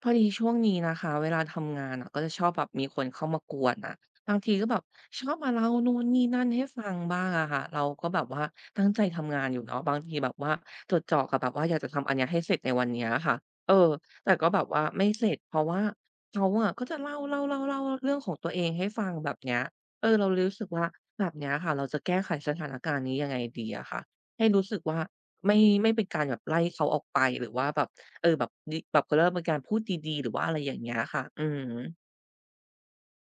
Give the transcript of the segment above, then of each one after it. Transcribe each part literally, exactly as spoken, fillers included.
พอดีช่วงนี้นะคะเวลาทำงานอะก็จะชอบแบบมีคนเข้ามากวนอะบางทีก็แบบชอบมาเล่านู่นนี่นั่นให้ฟังบ้างอะค่ะเราก็แบบว่าตั้งใจทำงานอยู่เนาะบางทีแบบว่าจดจ่อกับแบบว่าอยากจะทำอันเนี้ยให้เสร็จในวันเนี้ยค่ะเออแต่ก็แบบว่าไม่เสร็จเพราะว่าเขาอะก็จะเล่าเล่าเล่าเล่าเรื่องของตัวเองให้ฟังแบบเนี้ยเออเราเลยรู้สึกว่าแบบเนี้ยค่ะเราจะแก้ไขสถานการณ์นี้ยังไงดีอะคะให้รู้สึกว่าไม่ไม่เป็นการแบบไล่เขาออกไปหรือว่าแบบ เออแบบดิแบบเขาเรียกว่าเป็นการพูดดีๆหรือว่าอะไรอย่างเงี้ยค่ะอือฮึ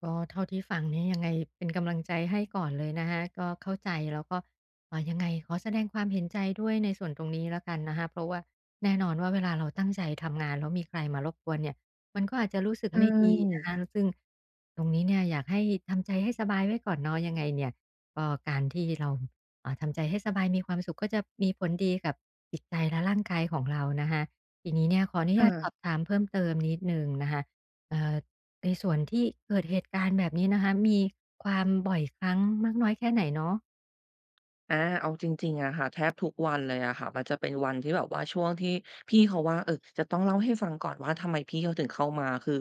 ก็เท่าที่ฟังเนี่ยยังไงเป็นกำลังใจให้ก่อนเลยนะคะก็เข้าใจแล้วก็เอ่ายังไงขอแสดงความเห็นใจด้วยในส่วนตรงนี้แล้วกันนะคะเพราะว่าแน่นอนว่าเวลาเราตั้งใจทำงานแล้วมีใครมารบกวนเนี่ยมันก็อาจจะรู้สึกใชไม่ดีนะ่คะซึ่งตรงนี้เนี่ยอยากให้ทำใจให้สบายไว้ก่อนเนาะยังไงเนี่ยก็การที่เราเอ่าทำใจให้สบายมีความสุขก็จะมีผลดีกับจิตใจและร่างกายของเรานะคะทีนี้เนี่ยขออนุญาตค่ะ สอบถามเพิ่มเติมนิดหนึ่งนะคะเอ่อ ในส่วนที่เกิดเหตุการณ์แบบนี้นะคะมีความบ่อยครั้งมากน้อยแค่ไหนเนาะอาเอาจริงๆอะค่ะแทบทุกวันเลยอะค่ะมันจะเป็นวันที่แบบว่าช่วงที่พี่เขาว่างเออจะต้องเล่าให้ฟังก่อนว่าทำไมพี่เขาถึงเข้ามาคือ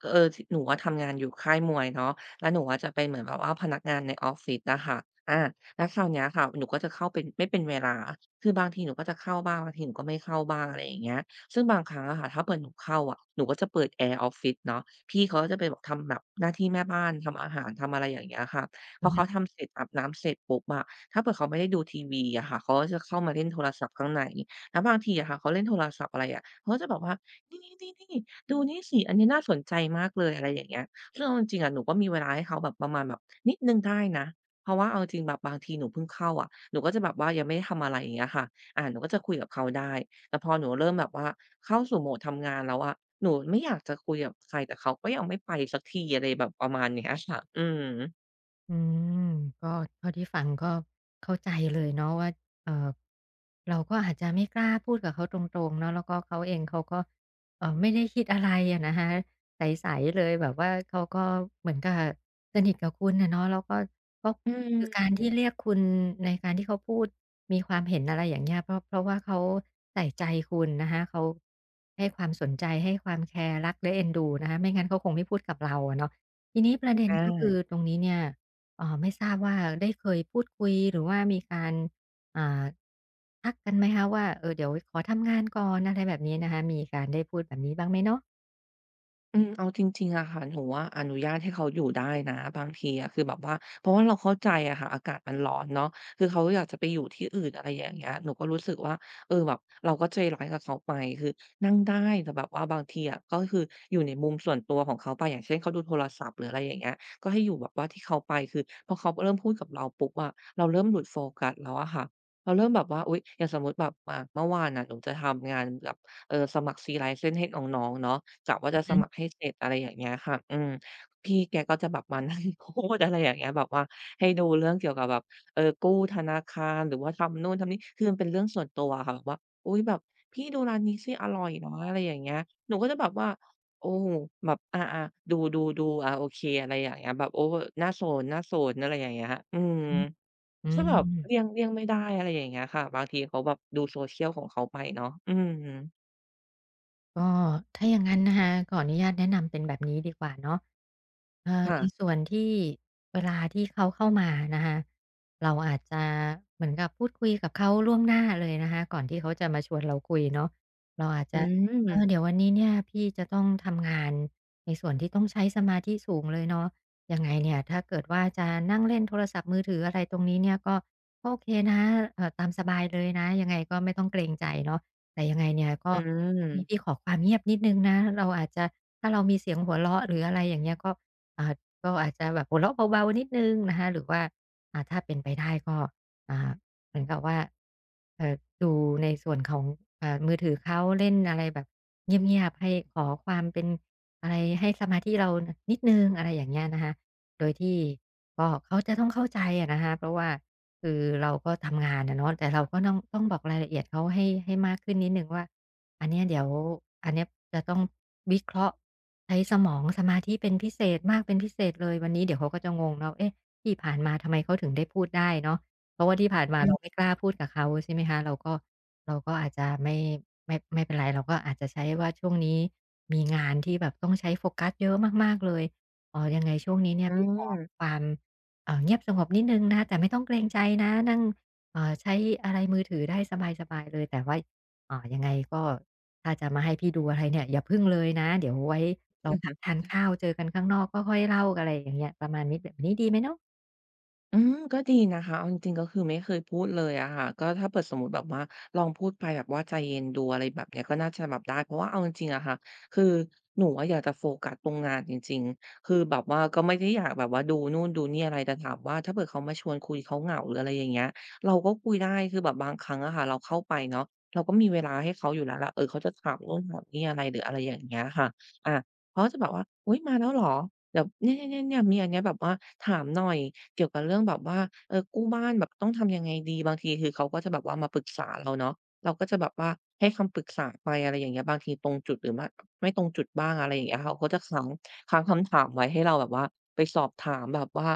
เออทหนูอะทำงานอยู่ค่ายมวยเนาะแล้วหนูอะจะเป็นเหมือนแบบว่าพนักงานในออฟฟิศอะค่ะอาแล้วคราวเนี้ยค่ะหนูก็จะเข้าเป็นไม่เป็นเวลาคือบางทีหนูก็จะเข้าบ้างบางทีหนูก็ไม่เข้าบ้างอะไรอย่างเงี้ยซึ่งบางครั้งอะค่ะถ้าเผื่อหนูเข้าอะหนูก็จะเปิดแอร์ออฟฟิศเนาะพี่เขาก็จะเป็นแบบทำแบบหน้าที่แม่บ้านทำอาหารทำอะไรอย่างเงี้ยค่ะพอืออเขาฮึ ทำเสร็จอาบน้ำเสร็จปุ๊บอะ ถ้าเผื่อเขาไม่ได้ดูทีวีอะค่ะเขาก็จะเข้ามาเล่นโทรศัพท์ข้างในแล้วบางทีอะค่ะเขาเล่นโทรศัพท์อะไรอะเขาก็จะบอกว่านี่ๆๆๆดูนี่สิอันนี้น่าสนใจมากเลยอะไรอย่างเงี้ยซึ่งเอาจริงๆอะหนูก็มีเวลาให้เขาแบบประมาณแบบนิดหนึ่งได้นะเพราะว่าเอาจริงๆแบบบางทีหนูเพิ่งเข้าอะหนูก็จะแบบว่ายังไม่ได้ทำอะไรอย่างเงี้ยค่ะอาหนูก็จะคุยกับเขาได้แต่พอหนูเริ่มแบบว่าเข้าสู่โหมดทำงานแล้วอะหนูไม่อยากจะคุยกับใครแต่เขาก็ยังไม่ไปสักทีอะไรแบบประมาณเนี้ยค่ะอืมอืมก็เท่าที่ฟังก็เข้าใจเลยเนาะว่าเอ่อเราก็อาจจะไม่กล้าพูดกับเขาตรงๆเนาะแล้วก็เขาเองเขาก็เออไม่ได้คิดอะไรอะนะฮะใสๆเลยแบบว่าเขาก็เหมือนกับสนิทกับคุณอะเนาะแล้วก็ก็อืคือการมที่เรียกคุณในการที่เขาพูดมีความเห็นอะไรอย่างเงี้ยเพราะเพราะว่าเขาใส่ใจคุณนะคะเขาให้ความสนใจให้ความแคร์รักและเอ็นดูนะคะไม่งั้นเขาคงไม่พูดกับเราอะเนาะทีนี้ประเด็นก็คือา อตรงนี้เนี่ย เอ่อไม่ทราบว่าได้เคยพูดคุยหรือว่ามีการอ่าทักกันไหมคะว่าเออเดี๋ยวขอทำงานก่อนอะไรแบบนี้นะคะมีการได้พูดแบบนี้บ้างไหมเนาะอืมเอาจริงๆอะค่ะหนูอะอนุญาตให้เขาอยู่ได้นะบางทีอะคือแบบว่าเพราะว่าเราเข้าใจอะค่ะอากาศมันร้อนเนาะคือเขาอยากจะไปอยู่ที่อื่นอะไรอย่างเงี้ยหนูก็รู้สึกว่าเออแบบเราก็ใจร้ายกับเขาไปคือนั่งได้แต่แบบว่าบางทีอะก็คืออยู่ในมุมส่วนตัวของเขาไปอย่างเช่นเขาดูโทรศัพท์หรืออะไรอย่างเงี้ยก็ให้อยู่แบบว่าที่เขาไปคือพอเขาเริ่มพูดกับเราปุ๊บอะเราเริ่มหลุดโฟกัสแล้วอะค่ะเราเริ่มแบบว่าอุ๊ยอย่างสมมุติแบบอ่าเมื่อวานน่ะหนูจะทำงานกับ เออสมัคร ซี ไลเซนส์ ให้น้องๆเนาะกะว่าอืจะอสฮึมัครให้เสร็จอะไรอย่างเงี้ยค่ะอืมพี่แกก็จะแบบมานั่ง พูดอะไรอย่างเงี้ยแบบว่าให้ดูเรื่องเกี่ยวกับแบบเออกู้ธนาคารหรือว่าทำนู่นทำนี่คือมันเป็นเรื่องส่วนตัวอะค่ะแบบว่าอุ๊ยแบบพี่ดูร้านนี้สิอร่อยนะอะไรอย่างเงี้ยหนูก็จะแบบว่าโอ้โฮแบบอาๆดูๆๆอาโอเคอะไรอย่างเงี้ยแบบโอ้หน้าโซนๆอะไรอย่างเงี้ยอืมอืก็แบบเลี่ยงม เลี่ยงไม่ได้อะไรอย่างเงี้ยค่ะบางทีเขาแบบดู โซเชียล ของเขาไปเนาะอืมก็ถ้าอย่างนั้นนะคะขออนุญาตแนะนำเป็นแบบนี้ดีกว่าเนาะเอ่อในค่ะ ส่วนที่เวลาที่เขาเข้ามานะคะเราอาจจะเหมือนกับพูดคุยกับเขาล่วงหน้าเลยนะคะก่อนที่เขาจะมาชวนเราคุยเนาะเราอาจอืจะมเออือมเดี๋ยววันนี้เนี่ยพี่จะต้องทำงานในส่วนที่ต้องใช้สมาธิสูงเลยเนาะยังไงเนี่ยถ้าเกิดว่าจะนั่งเล่นโทรศัพท์มือถืออะไรตรงนี้เนี่ยก็ก็โอเคนะเออตามสบายเลยนะยังไงก็ไม่ต้องเกรงใจเนาะ แต่ยังไงเนี่ยก็อือตรงนี้อพี่ขอความเงียบนิดหนึ่งนะเราอาจจะถ้าเรามีเสียงหัวเราะหรืออะไรอย่างเงี้ยก็อ่าก็อาจจะแบบหัวเราะเบาๆนิดหนึ่งนะคะหรือว่าอ่าถ้าเป็นไปได้ก็อ่าเหมือนกับว่าเอ่อดูในส่วนของอ่ามือถือเขาเล่นอะไรแบบเงียบๆให้ขอความเป็นอะไรให้สมาธิเรานนิดหนึ่งอะไรอย่างเงี้ยนะคะโดยที่ก็เขาจะต้องเข้าใจอะนะคะเพราะว่า คือเราก็ทำงานนะเนาะแต่เราก็ต้องต้องบอกรายละเอียดเขาให้ให้มากขึ้นนิดหนึ่งว่าอันเนี้ยเดี๋ยวอันเนี้ยจะต้องวิเคราะห์ใช้สมองสมาธิเป็นพิเศษมากเป็นพิเศษเลยวันนี้เดี๋ยวเขาก็จะงงเนาะเอ๊ะที่ผ่านมาทำไมเขาถึงได้พูดได้เนาะเพราะว่าที่ผ่านมาอืเราอไม่กล้าพูดกับเขาใช่ไหมคะเราก็เราก็อาจจะไม่ไม่ไม่เป็นไรเราก็อาจจะใช้ว่าช่วงนี้มีงานที่แบบต้องใช้โฟกัสเยอะมากๆเลยเอ่อยังไงช่วงนี้เนี่ยอืพี่ขอความ อ่าเงียบสงบนิดนึงนะคะแต่ไม่ต้องเกรงใจนะนั่งเอ่อใช้อะไรมือถือได้สบายๆเลยแต่ว่าอ่ายังไงก็ถ้าจะมาให้พี่ดูอะไรเนี่ยอย่าพึ่งเลยนะเดี๋ยวไว้เราอพักฮึ ทานข้าวเจอกันข้างนอกก็ค่อยเล่ากันอะไรอย่างเงี้ยประมาณนี้แบบนี้ดีไหมเนาะอืมก็ดีนะคะเอาจริงๆก็คือไม่เคยพูดเลยอะค่ะก็ถ้าเปิดสมมติแบบว่าลองพูดไปแบบว่าใจเย็นดูอะไรแบบเนี้ยก็น่าจะแบบได้เพราะว่าเอาจริงๆอะค่ะคือหนูอะอยากจะโฟกัสตรงงานจริงๆคือแบบว่าก็ไม่ได้อยากแบบว่าดูนู่นดูนี่อะไรแต่ถามว่าถ้าเกิดเขามาชวนคุยเขาเหงาหรืออะไรอย่างเงี้ยเราก็คุยได้คือแบบบางครั้งอะค่ะเราเข้าไปเนาะเราก็มีเวลาให้เขาอยู่แล้วแหละเออเขาจะถามนู่นถามนี่อะไรหรืออะไรอย่างเงี้ยค่ะอะเขาจะแบบว่าอุ๊ยมาแล้วเหรอเดี๋ยวเนี่ยๆๆมีอันเนี้ยแบบว่าถามหน่อย เกี่ยวกับเรื่องแบบว่าเออกู้บ้านแบบต้องทำยังไงดีบางทีคือเขาก็จะแบบว่ามาปรึกษาเราเนาะเราก็จะแบบว่าให้คำปรึกษาไปอะไรอย่างเงี้ยบางทีตรงจุดหรือไม่ไม่ตรงจุดบ้างอะไรอย่างเงี้ยเขาก็จะค้างค้างคำถามไว้ให้เราแบบว่าไปสอบถามแบบว่า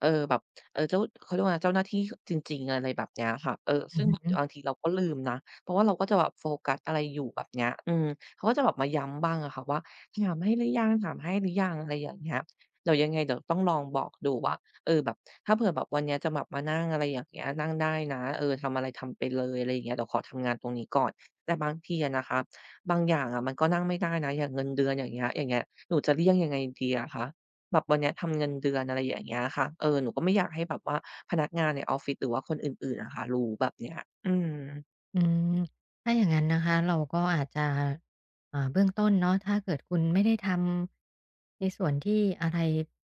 เออแบบเออเจ้าเขาเรียกว่าอะไรเจ้าหน้าที่จริงๆอะไรแบบเนี้ยค่ะเอออืซึ่งแบบม บาง ทีเราก็ลืมนะเพราะว่าเราก็จะแบบโฟกัสอะไรอยู่แบบเนี้ยอืมเขาก็จะแบบมาย้ำบ้างอะค่ะว่าถามให้หรือยังถามให้หรือยังอะไรอย่างเงี้ยเดี๋ยวยังไงเดี๋ยวต้องลองบอกดูว่า เออแบบถ้าเผื่อแบบวันเนี้ยจะแบบมานั่งอะไรอย่างเงี้ยนั่งได้นะเออทำอะไรทำไปเลยอะไรอย่างเงี้ยเดี๋ยวขอทำงานตรงนี้ก่อนแต่บางทีอะนะคะบางอย่างอะมันก็นั่งไม่ได้นะอย่างเงินเดือนอย่างเงี้ยอย่างเงี้ยหนูจะเลี่ยงยังไงดีอะคะแบบวันเนี้ยทำเงินเดือนอะไรอย่างเงี้ยค่ะเออหนูก็ไม่อยากให้แบบว่าพนักงานในออฟฟิศหรือว่าคนอื่นๆนะคะรู้แบบเนี้ยอืมอืมถ้าอย่างนั้นนะคะเราก็อาจจะอ่าเบื้องต้นเนาะถ้าเกิดคุณไม่ได้ทำในส่วนที่อะไร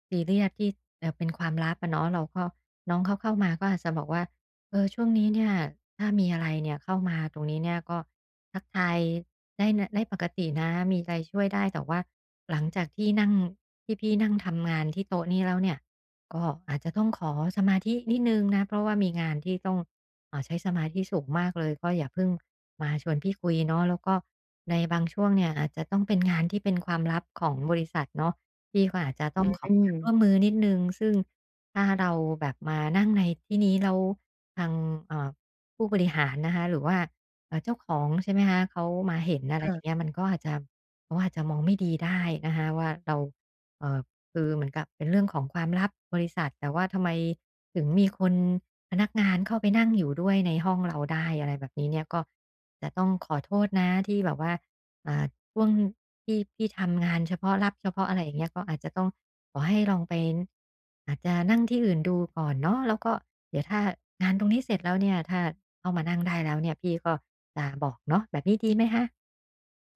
ซีเรียสที่เอ่อเป็นความลับอะเนาะเราก็น้องเขาเข้ามาก็อาจจะบอกว่าเออช่วงนี้เนี่ยถ้ามีอะไรเนี่ยเข้ามาตรงนี้เนี่ยก็ทักทายได้นะได้ปกตินะมีอะไรช่วยได้แต่ว่าหลังจากที่นั่งที่พี่นั่งทำงานที่โต๊ะนี้แล้วเนี่ยก็อาจจะต้องขอสมาธินิดหนึ่งนะเพราะว่ามีงานที่ต้อง อ่าใช้สมาธิสูงมากเลยก็อย่าเพิ่งมาชวนพี่คุยเนาะแล้วก็ในบางช่วงเนี่ยอาจจะต้องเป็นงานที่เป็นความลับของบริษัทเนาะพี่ก็อาจจะต้ออืงมขออืความมร่วมมือนิดหนึ่งซึ่งถ้าเราแบบมานั่งในที่นี้แล้วทางเอ่อผู้บริหารนะคะหรือว่าเอ่อเจ้าของใช่ไหมคะเขามาเห็นอะไรอย่างเงี้ค่ะ ยมันก็อาจจะเขาอาจจะมองไม่ดีได้นะคะว่าเราเอ่อคือเหมือนกับเป็นเรื่องของความลับบริษัทแต่ว่าทำไม ถึงมีคนพนักงานเข้าไปนั่งอยู่ด้วยในห้องเราได้อะไรแบบนี้เนี่ยก็จะต้องขอโทษนะที่แบบว่าอ่าช่วงที่พี่ทำงานเฉพาะรับเฉพาะอะไรอย่างเงี้ยก็อาจจะต้องขอให้ลองไปอาจจะนั่งที่อื่นดูก่อนเนาะแล้วก็เดี๋ยวถ้างานตรงนี้เสร็จแล้วเนี่ยถ้าเข้ามานั่งได้แล้วเนี่ยพี่ก็จะบอกเนาะแบบนี้ดีไหมคะ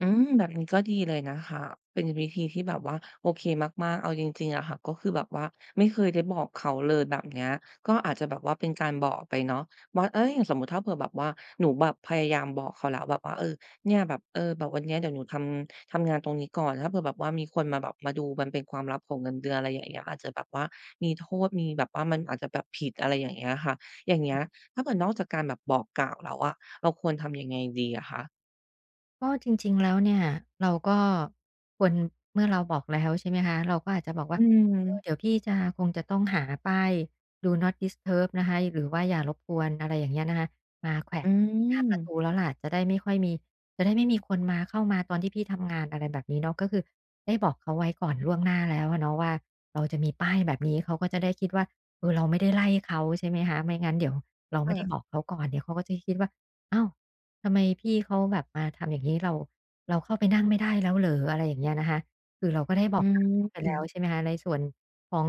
อืมแบบนี้ก็ดีเลยนะคะเป็นวิธีที่แบบว่าโอเคมากๆเอาจริงๆอะค่ะก็คือแบบว่าไม่เคยได้บอกเขาเลยแบบเนี้ยก็อาจจะแบบว่าเป็นการบอกไปเนาะว่าเอ๊ยอย่างสมมุติถ้าเผื่อแบบว่าหนูแบบพยายามบอกเขาแล้วแบบว่าเออเนี่ยแบบเออแบบวันเนี้ยเดี๋ยวหนูทำทำงานตรงนี้ก่อนถ้าเผื่อแบบว่ามีคนมาแบบมาดูมันเป็นความลับของเงินเดือนอะไรอย่างเงี้ยอาจจะแบบว่ามีโทษมีแบบว่ามันอาจจะแบบผิดอะไรอย่างเงี้ยค่ะอย่างเงี้ยถ้าเกิดนอกจากการแบบบอกกล่าวแล้วอะเราควรทำยังไงดีอะคะก็จริงๆแล้วเนี่ยเราก็ควรเมื่อเราบอกแล้วใช่ไหมคะเราก็อาจจะบอกอืว่าเออม เดี๋ยวพี่จะคงจะต้องหาป้าย Do Not Disturb นะคะหรือว่าอย่ารบกวนอะไรอย่างเงี้ยนะคะมาแขวอืนที่หน้ามประตูแล้วล่ะจะได้ไม่ค่อยมีจะได้ไม่มีคนมาเข้ามาตอนที่พี่ทำงานอะไรแบบนี้เนาะก็คือได้บอกเขาไว้ก่อนล่วงหน้าแล้วอะเนาะว่าเราจะมีป้ายแบบนี้เขาก็จะได้คิดว่าเออเราไม่ได้ไล่เขาใช่ไหมคะไม่งั้นเดี๋ยวเราไม่ได้บอกค่ะเขาก่อนเดี๋ยวเขาก็จะคิดว่าอ้าว ทำไมพี่เขาแบบมาทำอย่างนี้เราเราเข้าไปนั่งไม่ได้แล้วเหรออะไรอย่างเงี้ยนะคะคือเราก็ได้บออืกทางเขาไปแล้วมใช่ไหมคะในส่วนของ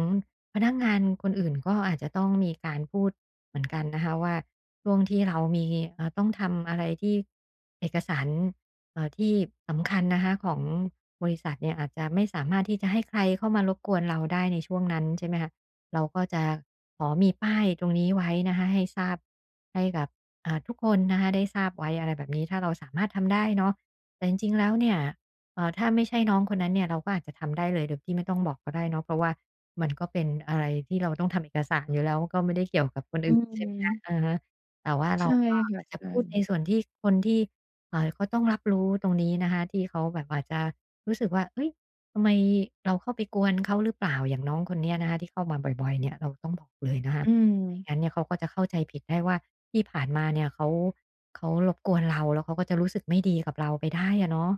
พนักงานคนอื่นก็อาจจะต้องมีการพูดเหมือนกันนะคะว่าช่วงที่เรามีเอ่อต้องทำอะไรที่เอกสารเอ่อที่สำคัญนะคะของบริษัทเนี่ยอาจจะไม่สามารถที่จะให้ใครเข้ามารบกวนเราได้ในช่วงนั้นใช่ไหมคะเราก็จะขอมีป้ายตรงนี้ไว้นะคะให้ทราบให้กับ อ่าทุกคนนะคะได้ทราบไว้อะไรแบบนี้ถ้าเราสามารถทำได้เนาะแต่จริงๆแล้วเนี่ยเอ่อถ้าไม่ใช่น้องคนนั้นเนี่ยเราก็อาจจะทำได้เลยโดยที่ไม่ต้องบอกก็ได้เนาะเพราะว่ามันก็เป็นอะไรที่เราต้องทำเอกสารอยู่แล้วก็ไม่ได้เกี่ยวกับคนอือื่นใช่ไหมคะอามฮะแต่ว่าเราใช่ก็ค่ะอาจจะใช่พูดในส่วนที่คนที่เอ่อเขาต้องรับรู้ตรงนี้นะคะที่เขาแบบอาจจะรู้สึกว่าเฮ้ยทำไมเราเข้าไปกวนเขาหรือเปล่าอย่างน้องคนเนี้ยนะคะที่เข้ามาบ่อยๆเนี่ยเราต้องบอกเลยนะคะ อืม ไม่งั้นเนี่ยเขาก็จะเข้าใจผิดได้ว่าที่ผ่านมาเนี่ยเขาเขารบกวนเราแล้วเขาก็จะรู้สึกไม่ดีกับเราไปได้อะเนาะ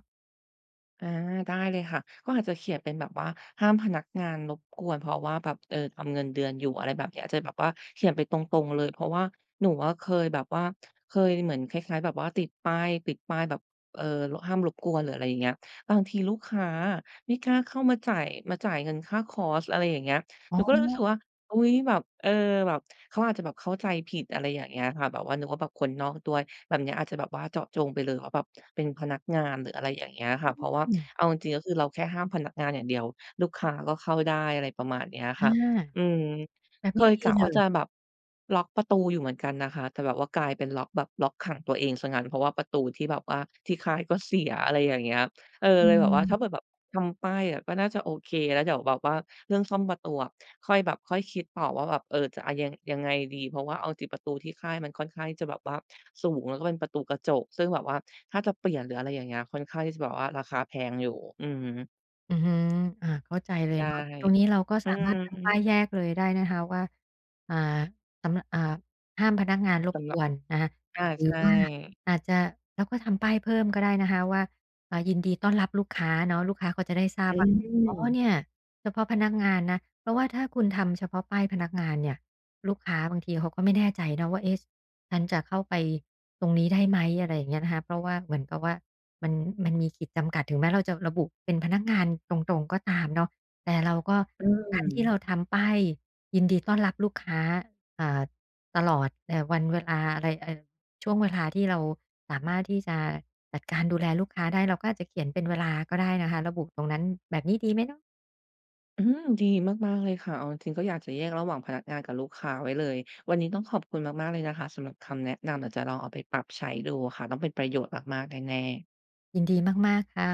อาได้เลยค่ะก็อาจจะเขียนเป็นแบบว่าห้ามพนักงานรบกวนเพราะว่าแบบเอ่อทำเงินเดือนอยู่อะไรแบบเนี้ยอาจจะแบบว่าเขียนไปตรงๆเลยเพราะว่าหนูอะเคยแบบว่าเคยเหมือนคล้ายๆแบบว่าติดป้ายติดป้ายแบบเอ่อรห้ามรบกวนหรืออะไรอย่างเงี้ยบางทีลูกค้าอะไม่กล้าเข้ามาจ่ายมาจ่ายเงินค่าคอร์สอะไรอย่างเงี้ยหอ๋นูก็เลยรู้สึกอว่าอุ๊ยแบบเออแบบเขาอาจจะแบบเข้าใจผิดอะไรอย่างเงี้ยค่ะแบบว่านึกว่าแบบคนนอกด้วย แบบเนี้ยอาจจะแบบว่าเจาะจงไปเลยว่าแบบเป็นพนักงานหรืออะไรอย่างเงี้ยค่ะเพราะว่าเอาจริงๆก็คือเราแค่ห้ามพนักงานอย่างเดียวลูกค้าก็เข้าได้อะไรประมาณเนี้ยค่ะอาอืมแบบเคนี้ยดีกะเลว่าย จะแบบล็อกประตูอยู่เหมือนกันนะคะแต่แบบว่ากลายเป็นล็อกแบบล็อกขังตัวเองซะยงั้นเพราะว่าประตูที่แบบว่าที่ค่ายก็เสียอะไรอย่างเงี้ย เอออืเลยแบบว่าถ้าเผื่อมแบบทำป้ายอะก็น่าจะโอเคแล้วเดี๋ยวแบบว่าเรื่องซ่อมประตูอะค่อยแบบค่อยคิดต่อว่าแบบเออจะเอายังยังไงดีเพราะว่าเอาจริงประตูที่ค่ายมันค่อนข้างที่จะแบบว่าสูงแล้วก็เป็นประตูกระจกซึ่งแบบว่าถ้าจะเปลี่ยนหรืออะไรอย่างเงี้ยค่อนข้างที่จะแบบว่าราคาแพงอยู่อือฮึอือฮึอาเข้าใจเลยได้เนาะตรงนี้เราก็อืสามารถทำป้ามยแยกเลยได้นะคะว่าอ่าสำอ่าห้ามพนักงานรบสำหกรับวนนะคะอาหรือใช่ว่า อาจจะแล้วก็ทำป้ายเพิ่มก็ได้นะคะว่าอ่ายินดีต้อนรับลูกค้าเนาะลูกค้าเขาจะได้ทราบอืว่าอ๋อมเนี่ยเฉพาะพนักงานนะเพราะว่าถ้าคุณทำเฉพาะป้ายพนักงานเนี่ยลูกค้าบางทีเขาก็ไม่แน่ใจเนาะว่าเอ๊ะฉันจะเข้าไปตรงนี้ได้ไหมอะไรอย่างเงี้ยนะคะเพราะว่าเหมือนกับว่ามันมันมีขีดจำกัดถึงแม้เราจะระบุเป็นพนักงานตรงๆก็ตามเนาะแต่เราก็อืการที่เราม ทำป้ายยินดีต้อนรับลูกค้าอ่า ตลอดเอ่อวันเวลาอะไรเอ่อช่วงเวลาที่เราสามารถที่จะจัดการดูแลลูกค้าได้เราก็อาจจะเขียนเป็นเวลาก็ได้นะคะระบุตรงนั้นแบบนี้ดีไหมเนาะอืมดีมากๆเลยค่ะเอาจริงๆก็อยากจะแยกระหว่างพนักงานกับลูกค้าไว้เลย วันนี้ต้องขอบคุณมากๆเลยนะคะสำหรับคำแนะนำเดี๋ยวจะลองเอาไปปรับใช้ดูค่ะต้องเป็นประโยชน์มากๆแน่ๆยินดีมากๆค่ะ